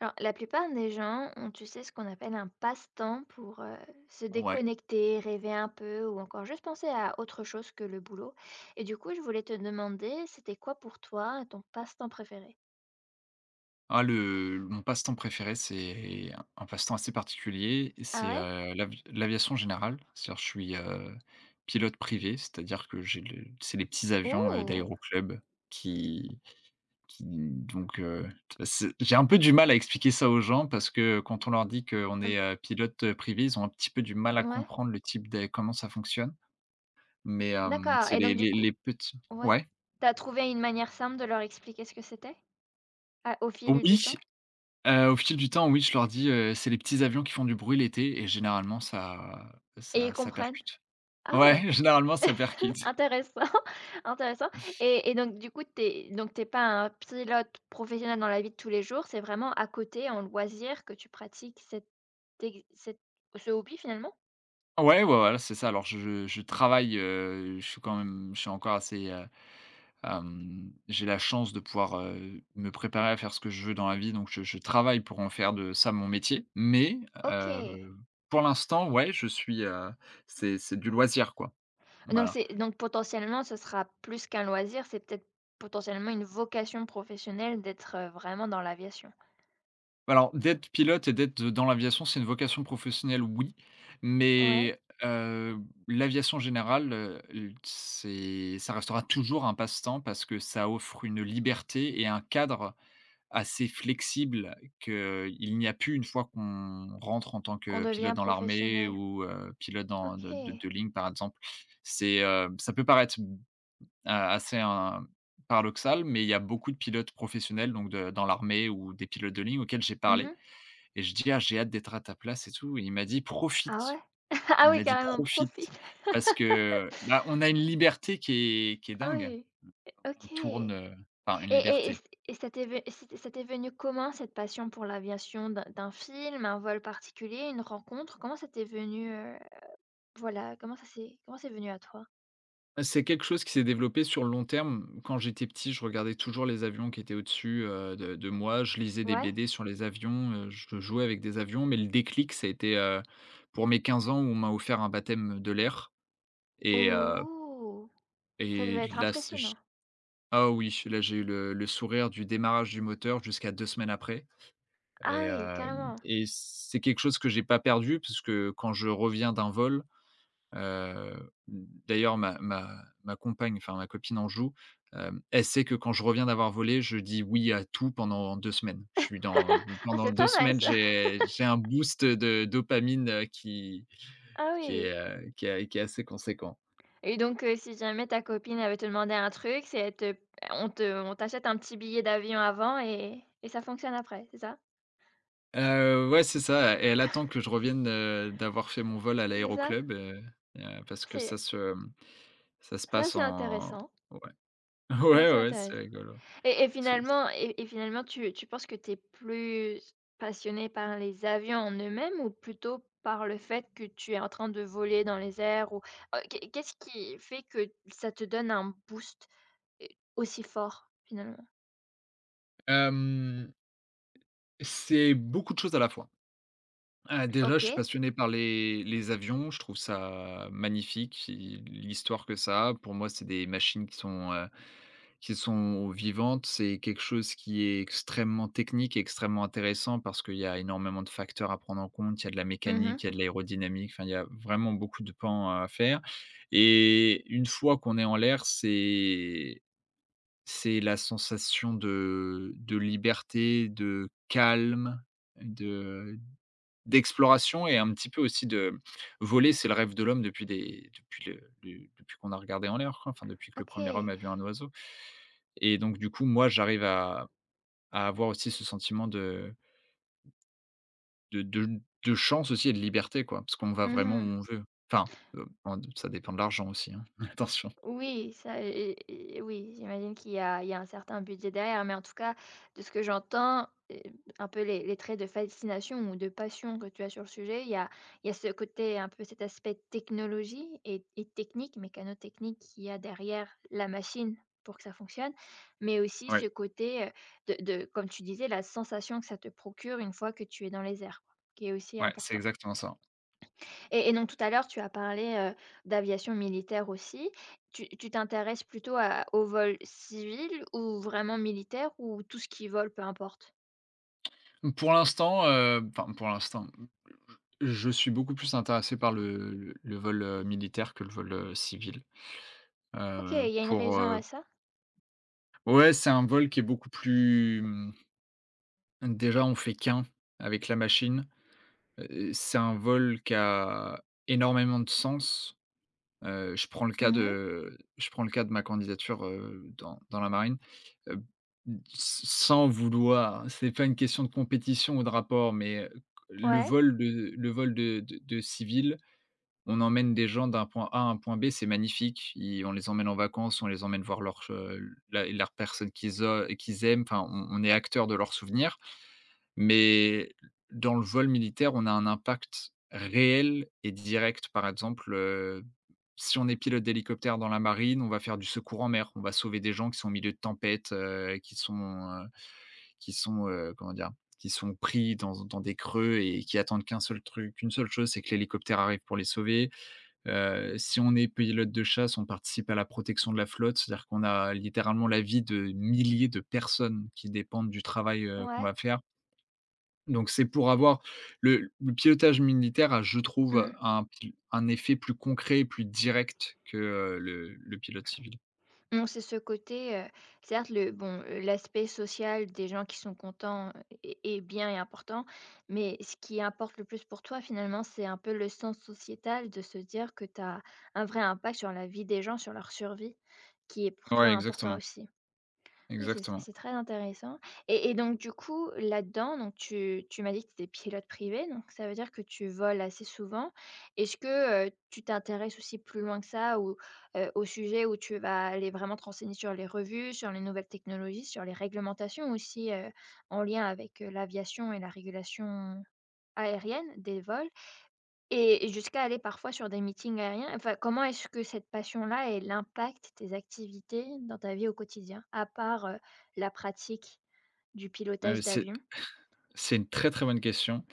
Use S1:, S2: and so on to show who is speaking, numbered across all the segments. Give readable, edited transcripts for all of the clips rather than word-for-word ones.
S1: Alors, la plupart des gens ont, tu sais, ce qu'on appelle un passe-temps pour se
S2: Ouais.
S1: déconnecter, rêver un peu ou encore juste penser à autre chose que le boulot. Et du coup, je voulais te demander, c'était quoi pour toi ton passe-temps préféré?
S2: Ah le mon passe-temps préféré, c'est un passe-temps assez particulier,
S1: Ah
S2: c'est,
S1: ouais?
S2: l'aviation générale. C'est-à-dire je suis, pilote privé, c'est-à-dire que j'ai le c'est les petits avions,
S1: Ouh!
S2: daéro qui qui donc, c'est j'ai un peu du mal à expliquer ça aux gens parce que quand on leur dit qu'on
S1: Euh,
S2: est, pilote, privé, ils ont un petit peu du mal à
S1: Ouais,
S2: comprendre le type de comment ça fonctionne. Mais,
S1: d'accord.
S2: c'est
S1: Et
S2: les
S1: donc, du
S2: les
S1: coup,
S2: les petits,
S1: ouais.
S2: ouais.
S1: T'as trouvé une manière simple de leur expliquer ce que c'était au fil du
S2: Oui!
S1: temps?
S2: Au fil du temps, oui, je leur dis, «C'est les petits avions qui font du bruit l'été», et généralement ça
S1: Et ils
S2: ça ça
S1: comprennent?
S2: percute.
S1: Ah ouais!
S2: Ouais, généralement ça percute.
S1: Intéressant, intéressant et donc du coup, t'es pas un pilote professionnel dans la vie de tous les jours, c'est vraiment à côté, en loisir, que tu pratiques cette ex cet ce hobby, finalement?
S2: Ouais, ouais, voilà, c'est ça. Alors je travaille, je suis encore assez, j'ai la chance de pouvoir, me préparer à faire ce que je veux dans la vie, donc je travaille pour en faire de ça mon métier, mais,
S1: OK.
S2: heu, pour l'instant, ouais, c'est du loisir, quoi.
S1: Donc
S2: Voilà.
S1: c'est donc potentiellement, ce sera plus qu'un loisir, c'est peut-être potentiellement une vocation professionnelle d'être, vraiment dans l'aviation?
S2: Alors, d'être pilote et d'être dans l'aviation, c'est une vocation professionnelle, oui,
S1: Ouais,
S2: mais, l'aviation générale, l c'est ça restera toujours un passe-temps parce que ça offre une liberté et un cadre assez flexible qu'il n'y a plus une fois qu'on rentre en tant
S1: qu'on
S2: que
S1: devient
S2: pilote dans l'armée,
S1: professionnel.
S2: ou, pilote dans de de
S1: OK.
S2: de ligne, par exemple. Ça peut paraître, assez, hein, paradoxal, mais il y a beaucoup de pilotes professionnels, donc de dans l'armée, ou des pilotes de ligne auxquels j'ai parlé,
S1: Mmh.
S2: et je dis: «Ah, j'ai hâte d'être à ta place et tout», et il m'a dit:
S1: Ah
S2: «Profite».
S1: ouais? Ah
S2: Il
S1: oui,
S2: m'a dit:
S1: carrément,
S2: «Profite»
S1: profite.
S2: parce que, bah, on a une liberté qui est
S1: Ah
S2: dingue.
S1: oui,
S2: On tourne,
S1: OK.
S2: heu enfin, une
S1: Et et et
S2: liberté.
S1: c et ça t'est ve c ça t'est venu comment cette passion pour l'aviation? D'un film, un vol particulier, une rencontre? Comment ça t'est venu, voilà, comment ça s'est comment c'est venu à toi?
S2: C'est quelque chose qui s'est développé sur le long terme. Quand j'étais petit, je regardais toujours les avions qui étaient au-dessus, de moi. Je lisais des
S1: Ouais?
S2: BD sur les avions, je jouais avec des avions, mais le déclic, ça a été, pour mes 15 ans, où on m'a offert un baptême de l'air, et heu
S1: Oh! Ça
S2: et
S1: devait être
S2: là, c'est j
S1: impressionnant.
S2: ah oui, là, j'ai eu le sourire du démarrage du moteur jusqu'à 2 semaines après.
S1: Ah oui, carrément.
S2: Et c'est quelque chose que j'ai pas perdu, parce que quand je reviens d'un vol, d'ailleurs ma compagne, enfin ma copine en joue, elle sait que quand je reviens d'avoir volé, je dis oui à tout pendant 2 semaines. Je suis dans
S1: Ah,
S2: Pendant
S1: c'est pas
S2: 2
S1: mal
S2: semaines,
S1: ça.
S2: j'ai un boost de dopamine,
S1: Ah oui.
S2: qui est assez conséquent.
S1: Et donc, si jamais ta copine avait te demander un truc, c'est elle te on te on t'achète un petit billet d'avion avant et ça fonctionne après, c'est ça?
S2: Ouais, c'est ça, et elle attend que je revienne, d'avoir fait mon vol à
S1: C'est ça?
S2: l'aéroclub, parce que ça
S1: C'est
S2: se, ça se
S1: ça,
S2: passe
S1: c'est
S2: en.
S1: intéressant.
S2: Ouais,
S1: C'est
S2: ouais,
S1: assez
S2: ouais, c'est
S1: intéressant.
S2: rigolo.
S1: Et et
S2: C'est
S1: finalement et et finalement, tu penses que tu es plus passionné par les avions en eux-mêmes ou plutôt par le fait que tu es en train de voler dans les airs, ou qu'est-ce qui fait que ça te donne un boost, heu, aussi fort finalement?
S2: hem, c'est beaucoup de choses à la fois. Déjà, je suis
S1: OK.
S2: passionné par les avions, je trouve ça magnifique, i l'histoire que ça a. Pour moi, c'est des machines qui sont, vivantes. C'est quelque chose qui est extrêmement technique et extrêmement intéressant, parce qu'il y a énormément de facteurs à prendre en compte. Il y a de la mécanique,
S1: Mmh.
S2: il y a de l'aérodynamique, enfin, il y a vraiment beaucoup de pans à faire, et une fois qu'on est en l'air, c'est la sensation de liberté, de calme, de d'exploration, et un petit peu aussi de voler, c'est le rêve de l'homme depuis le depuis qu'on a regardé en l'air, quoi, enfin depuis que le premier homme
S1: OK.
S2: a vu un oiseau, et donc du coup, moi, j'arrive à avoir aussi ce sentiment de chance, aussi, et de liberté, quoi, parce qu'on va vraiment où
S1: Mmh.
S2: on veut. Enfin, en ça dépend de l'argent aussi, hein, attention.
S1: Oui, ça, et oui, j'imagine qu'il y a un certain budget derrière, mais en tout cas, de ce que j'entends, un peu les traits de fascination ou de passion que tu as sur le sujet, il y a ce côté, un peu cet aspect technologie et technique, mécano-technique qu'il y a derrière la machine pour que ça fonctionne, mais aussi
S2: Ouais,
S1: ce côté, de comme tu disais, la sensation que ça te procure une fois que tu es dans les airs, quoi, qui est aussi
S2: ouais, c'est
S1: important.
S2: exactement ça.
S1: Et donc tout à l'heure, tu as parlé, d'aviation militaire aussi. Tu t'intéresses plutôt à au vol civil ou vraiment militaire, ou tout ce qui vole, peu importe?
S2: Enfin, pour l'instant, je suis beaucoup plus intéressé par le vol, militaire, que le vol, civil.
S1: OK, il
S2: Heu,
S1: y a une
S2: pour,
S1: raison à
S2: heu
S1: ça?
S2: ouais, c'est un vol qui est beaucoup plus, déjà, on fait qu'un avec la machine. C'est un vol qui a énormément de sens.
S1: Mmh.
S2: Je prends le cas de ma candidature, dans la marine. Heu, s Sans vouloir, c'est pas une question de compétition ou de rapport, mais,
S1: Ouais,
S2: le vol de civil. On emmène des gens d'un point A à un point B, c'est magnifique. Ils On les emmène en vacances, on les emmène voir leur che la personne qu'ils aiment, enfin, on est acteur de leurs souvenirs. Mais dans le vol militaire, on a un impact réel et direct. Par exemple, si on est pilote d'hélicoptère dans la marine, on va faire du secours en mer. On va sauver des gens qui sont au milieu de tempêtes, heu, comment dire? Qui sont pris dans des creux, et qui attendent qu'une seule chose, c'est que l'hélicoptère arrive pour les sauver. Si on est pilote de chasse, on participe à la protection de la flotte, c'est-à-dire qu'on a littéralement la vie de milliers de personnes qui dépendent du travail, qu'on
S1: ouais.
S2: va faire. Donc c'est pour avoir Le pilotage militaire a, je trouve,
S1: Mmh.
S2: un effet plus concret et plus direct que, le pilote civil.
S1: Donc c'est ce côté, certes le bon, l'aspect social des gens qui sont contents est est bien et important, mais ce qui importe le plus pour toi finalement, c'est un peu le sens sociétal de se dire que tu as un vrai impact sur la vie des gens, sur leur survie, qui est pour
S2: Ouais,
S1: toi important
S2: exactement,
S1: aussi. Oui,
S2: exactement.
S1: c'est très intéressant. Et donc du coup, là-dedans, donc tu m'as dit que tu étais pilote privé, donc ça veut dire que tu voles assez souvent. Est-ce que, tu t'intéresses aussi plus loin que ça, ou au sujet où tu vas aller vraiment te renseigner sur les revues, sur les nouvelles technologies, sur les réglementations aussi, en lien avec, l'aviation et la régulation aérienne des vols? Et jusqu'à aller parfois sur des meetings aériens? Enfin, comment est-ce que cette passion-là, elle impacte tes activités dans ta vie au quotidien? À part, la pratique du
S2: Heu,
S1: pilotage
S2: c'est
S1: d'avion?
S2: c'est une très, très bonne question.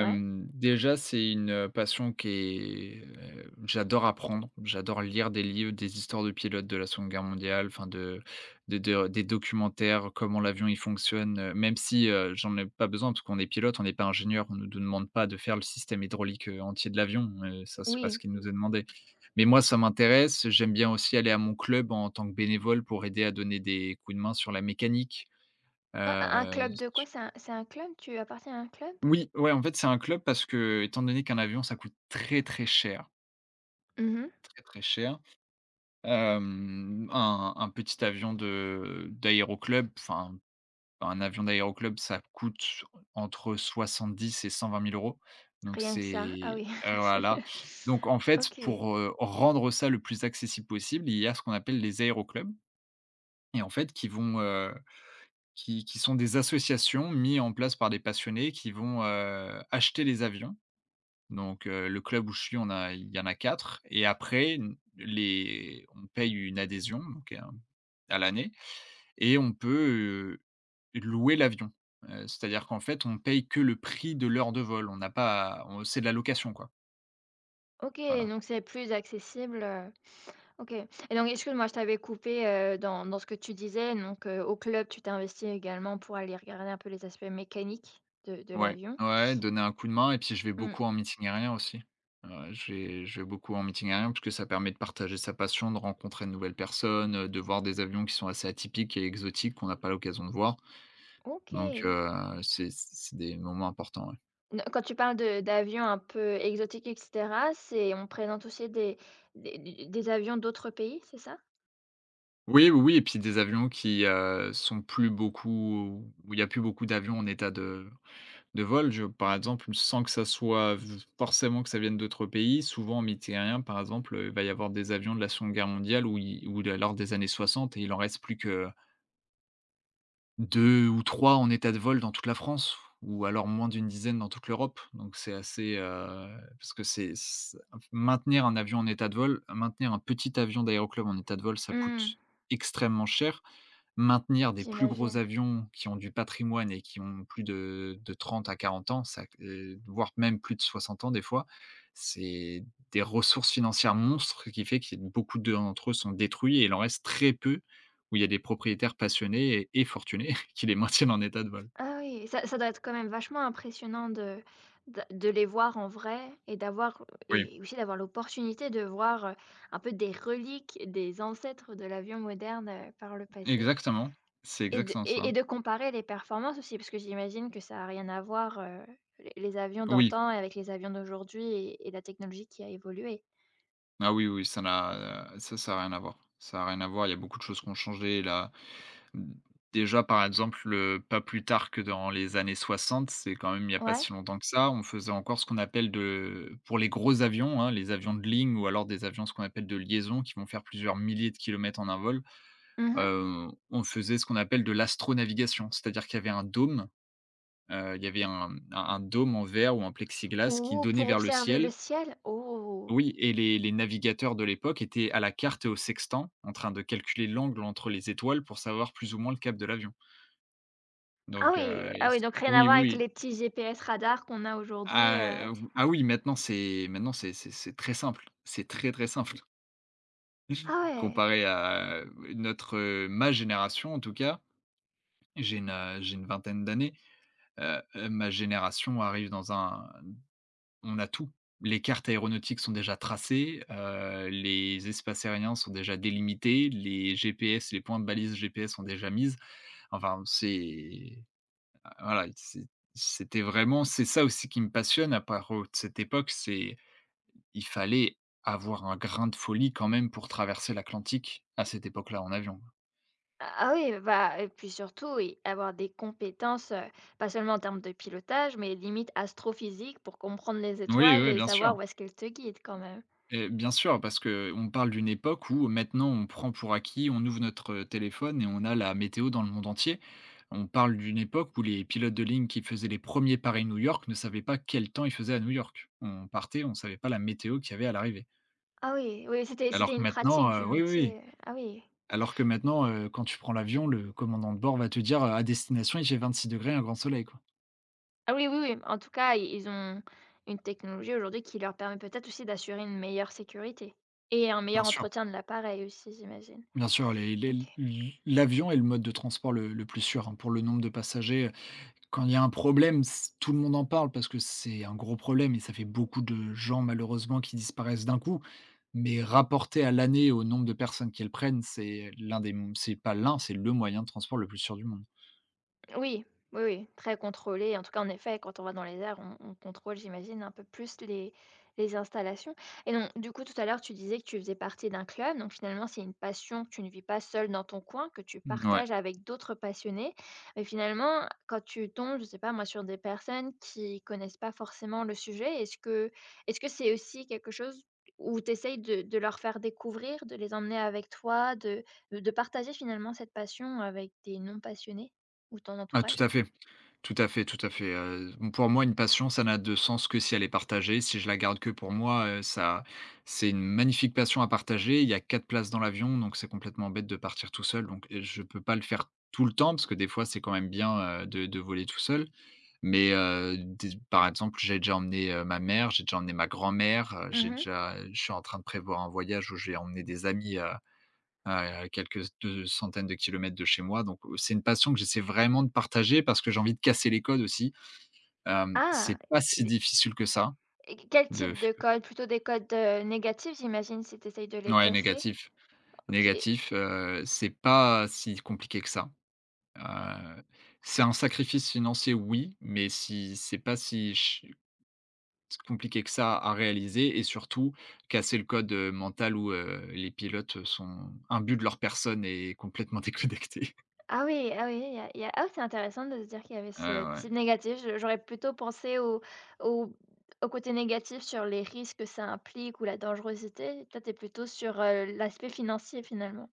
S1: Ouais?
S2: Déjà, c'est une passion j'adore apprendre, j'adore lire des livres, des histoires de pilotes de la Seconde Guerre mondiale, enfin de des documentaires, comment l'avion il fonctionne, même si, j'en ai pas besoin parce qu'on est pilote, on n'est pas ingénieur, on ne nous demande pas de faire le système hydraulique, entier de l'avion, ça, c'est pas ce
S1: Oui.
S2: qui nous est demandé. Mais moi ça m'intéresse, j'aime bien aussi aller à mon club en tant que bénévole pour aider à donner des coups de main sur la mécanique.
S1: Un club de quoi? C'est un club? Tu appartiens à un club?
S2: Oui, ouais, en fait, c'est un club parce que, étant donné qu'un avion, ça coûte très, très cher,
S1: Mmh mh.
S2: très, très cher. Un petit avion de d'aéroclub, enfin, Un avion d'aéroclub, ça coûte entre 70 000 et 120 000 euros. Donc
S1: Rien que ça? Ah
S2: c'est,
S1: oui.
S2: voilà. Donc en fait,
S1: OK.
S2: pour, rendre ça le plus accessible possible, il y a ce qu'on appelle les aéroclubs, et en fait, qui sont des associations mises en place par des passionnés qui vont, acheter les avions. Donc, le club où je suis, on a il y en a 4. Et après, n les on paye une adhésion, donc un à l'année, et on peut, louer l'avion. C'est-à-dire qu'en fait, on paye que le prix de l'heure de vol. On n'a pas on C'est de la location, quoi.
S1: OK,
S2: Voilà.
S1: donc c'est plus accessible, OK. Et donc excuse-moi, je t'avais coupé dans ce que tu disais, donc au club, tu t'es investie également pour aller regarder un peu les aspects mécaniques de
S2: Ouais,
S1: l'avion.
S2: ouais, donner un coup de main, et puis je vais
S1: Mmh.
S2: beaucoup en meeting aérien aussi. Je vais beaucoup en meeting aérien parce que ça permet de partager sa passion, de rencontrer de nouvelles personnes, de voir des avions qui sont assez atypiques et exotiques qu'on n'a pas l'occasion de voir. Donc,
S1: OK.
S2: c'est des moments importants, ouais.
S1: Ne quand tu parles de d'avions un peu exotiques et cetera, c'est on présente aussi des avions d'autres pays, c'est ça?
S2: Oui, oui, oui, et puis des avions qui, sont plus beaucoup où il y a plus beaucoup d'avions en état de vol. Je Par exemple, sans que ça soit v forcément que ça vienne d'autres pays, souvent en Méditerranée, par exemple, il va y avoir des avions de la Seconde Guerre mondiale, ou ils ou de lors des années 60, et il en reste plus que deux ou 3 en état de vol dans toute la France, ou alors moins d'une dizaine dans toute l'Europe. Donc c'est assez, parce que c'est c maintenir un avion en état de vol, maintenir un petit avion d'aéroclub en état de vol, ça
S1: Mmh.
S2: coûte extrêmement cher. Maintenir des plus gros
S1: J'imagine.
S2: avions qui ont du patrimoine et qui ont plus de 30 à 40 ans, ça voire même plus de 60 ans des fois, c'est des ressources financières monstres qui fait que beaucoup d'entre eux sont détruits, et il en reste très peu où il y a des propriétaires passionnés et fortunés qui les maintiennent en état de vol.
S1: Ah oui, ça ça doit être quand même vachement impressionnant de les voir en vrai et d'avoir
S2: Oui,
S1: aussi d'avoir l'opportunité de voir, un peu des reliques des ancêtres de l'avion moderne, par le passé.
S2: exactement, c'est
S1: Et de
S2: exactement
S1: et
S2: ça.
S1: et de comparer les performances aussi, parce que j'imagine que ça a rien à voir, les avions
S2: Oui,
S1: d'antan et avec les avions d'aujourd'hui, et la technologie qui a évolué.
S2: ah oui, oui, ça a rien à voir. Ça n'a rien à voir, il y a beaucoup de choses qui ont changé, Mmh, déjà, par exemple, pas plus tard que dans les années 60, c'est quand même il n'y a pas
S1: Ouais.
S2: si longtemps que ça, on faisait encore ce qu'on appelle de pour les gros avions, hein, les avions de ligne ou alors des avions, ce qu'on appelle de liaison, qui vont faire plusieurs milliers de kilomètres en un vol,
S1: Mmh mh.
S2: on faisait ce qu'on appelle de l'astronavigation. C'est-à-dire qu'il y avait il y avait un dôme en verre ou en plexiglas qui
S1: Oh,
S2: donnait
S1: pour
S2: vers le
S1: observer le
S2: ciel.
S1: ciel? Oh!
S2: Oui, et les navigateurs de l'époque étaient à la carte et au sextant en train de calculer l'angle entre les étoiles pour savoir plus ou moins le cap de l'avion.
S1: Ah
S2: Donc
S1: oui,
S2: et
S1: ah oui,
S2: c
S1: donc rien à
S2: oui,
S1: voir avec
S2: oui.
S1: les petits GPS radars qu'on a aujourd'hui.
S2: Ah v ah oui, maintenant c'est très simple. C'est très, très simple
S1: Ah ouais!
S2: comparé à ma génération, en tout cas. J'ai une vingtaine d'années, ma génération arrive dans un on a tout. Les cartes aéronautiques sont déjà tracées, les espaces aériens sont déjà délimités, les GPS, les points de balise GPS sont déjà mises. Enfin, c'est voilà. c'est c'était vraiment C'est ça aussi qui me passionne. À part, cette époque, c'est il fallait avoir un grain de folie quand même pour traverser l'Atlantique à cette époque-là en avion.
S1: Ah oui, bah et puis surtout, oui, avoir des compétences, pas seulement en termes de pilotage, mais limite astrophysique pour comprendre les
S2: Oui,
S1: étoiles
S2: oui,
S1: et
S2: bien sûr,
S1: savoir où est-ce qu'elles te guident quand même.
S2: et bien sûr parce que on parle d'une époque où maintenant on prend pour acquis, on ouvre notre téléphone et on a la météo dans le monde entier. On parle d'une époque où les pilotes de ligne qui faisaient les premiers Paris-New York ne savaient pas quel temps il faisait à New York. On partait, on ne savait pas la météo qu'il y avait à l'arrivée.
S1: Ah oui, oui, c'était
S2: Alors
S1: c'était
S2: que
S1: une pratique
S2: maintenant,
S1: du
S2: oui, oui. Oui.
S1: métier, ah oui.
S2: Alors que maintenant, quand tu prends l'avion, le commandant de bord va te dire: «À destination, il fait 26 degrés, un grand soleil», quoi.
S1: Ah oui, oui, oui, en tout cas, i ils ont une technologie aujourd'hui qui leur permet peut-être aussi d'assurer une meilleure sécurité et un
S2: Bien
S1: meilleur
S2: sûr,
S1: entretien de l'appareil aussi, j'imagine.
S2: bien sûr, les
S1: OK.
S2: l l'avion est le mode de transport le plus sûr, hein, pour le nombre de passagers. Quand il y a un problème, c tout le monde en parle parce que c'est un gros problème et ça fait beaucoup de gens malheureusement qui disparaissent d'un coup. Mais rapporté à l'année au nombre de personnes qu'elles prennent, c'est l'un des m c'est pas l'un, c'est le moyen de transport le plus sûr du monde.
S1: Oui, oui, oui, très contrôlé. En tout cas, en effet, quand on va dans les airs, on contrôle, j'imagine, un peu plus les installations. Et donc, du coup, tout à l'heure, tu disais que tu faisais partie d'un club. Donc, finalement, c'est une passion que tu ne vis pas seule dans ton coin, que tu
S2: Mm. Ouais.
S1: partages avec d'autres passionnés. Mais finalement, quand tu tombes, je sais pas, moi, sur des personnes qui connaissent pas forcément le sujet, est-ce que c'est aussi quelque chose où tu essayes de leur faire découvrir, de les emmener avec toi, de partager finalement cette passion avec des non-passionnés? Ou ton
S2: Ah, tout à
S1: entourage?
S2: fait. Tout à fait, tout à fait, pour moi, une passion, ça n'a de sens que si elle est partagée. Si je la garde que pour moi, ça c'est une magnifique passion à partager. Il y a 4 places dans l'avion, donc c'est complètement bête de partir tout seul, donc je peux pas le faire tout le temps parce que des fois, c'est quand même bien, de voler tout seul, mais des par exemple, j'ai déjà emmené, ma mère, j'ai déjà emmené ma grand-mère,
S1: Mmh
S2: j'ai
S1: mh.
S2: déjà je suis en train de prévoir un voyage où je vais emmener des amis, à quelques de centaines de kilomètres de chez moi, donc c'est une passion que j'essaie vraiment de partager parce que j'ai envie de casser les codes aussi. Hem,
S1: Ah!
S2: c'est pas si
S1: Et
S2: difficile que ça.
S1: et quel
S2: de
S1: type de codes? Plutôt des codes, négatifs, j'imagine, si tu essayes de les
S2: ouais,
S1: casser?
S2: négatif,
S1: OK.
S2: négatif. C'est pas si compliqué que ça. Heu, c'est un sacrifice financier, oui, mais si c'est pas si ch compliqué que ça à réaliser et surtout casser le code, mental où, les pilotes sont imbus de leur personne et complètement déconnectés.
S1: Ah oui, ah oui, il y a ah, oui, c'est intéressant de se dire qu'il y avait
S2: Ouais,
S1: ce
S2: ouais.
S1: type négatif. Je J'aurais plutôt pensé au au au côté négatif sur les risques que ça implique ou la dangerosité. Toi, t'es plutôt sur, l'aspect financier finalement.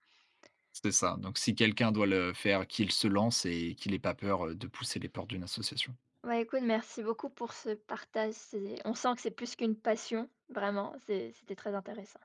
S2: C'est ça, donc si quelqu'un doit le faire, qu'il se lance et qu'il ait pas peur, de pousser les portes d'une association.
S1: Ouais, écoute, merci beaucoup pour ce partage. C'est On sent que c'est plus qu'une passion, vraiment, c'était très intéressant.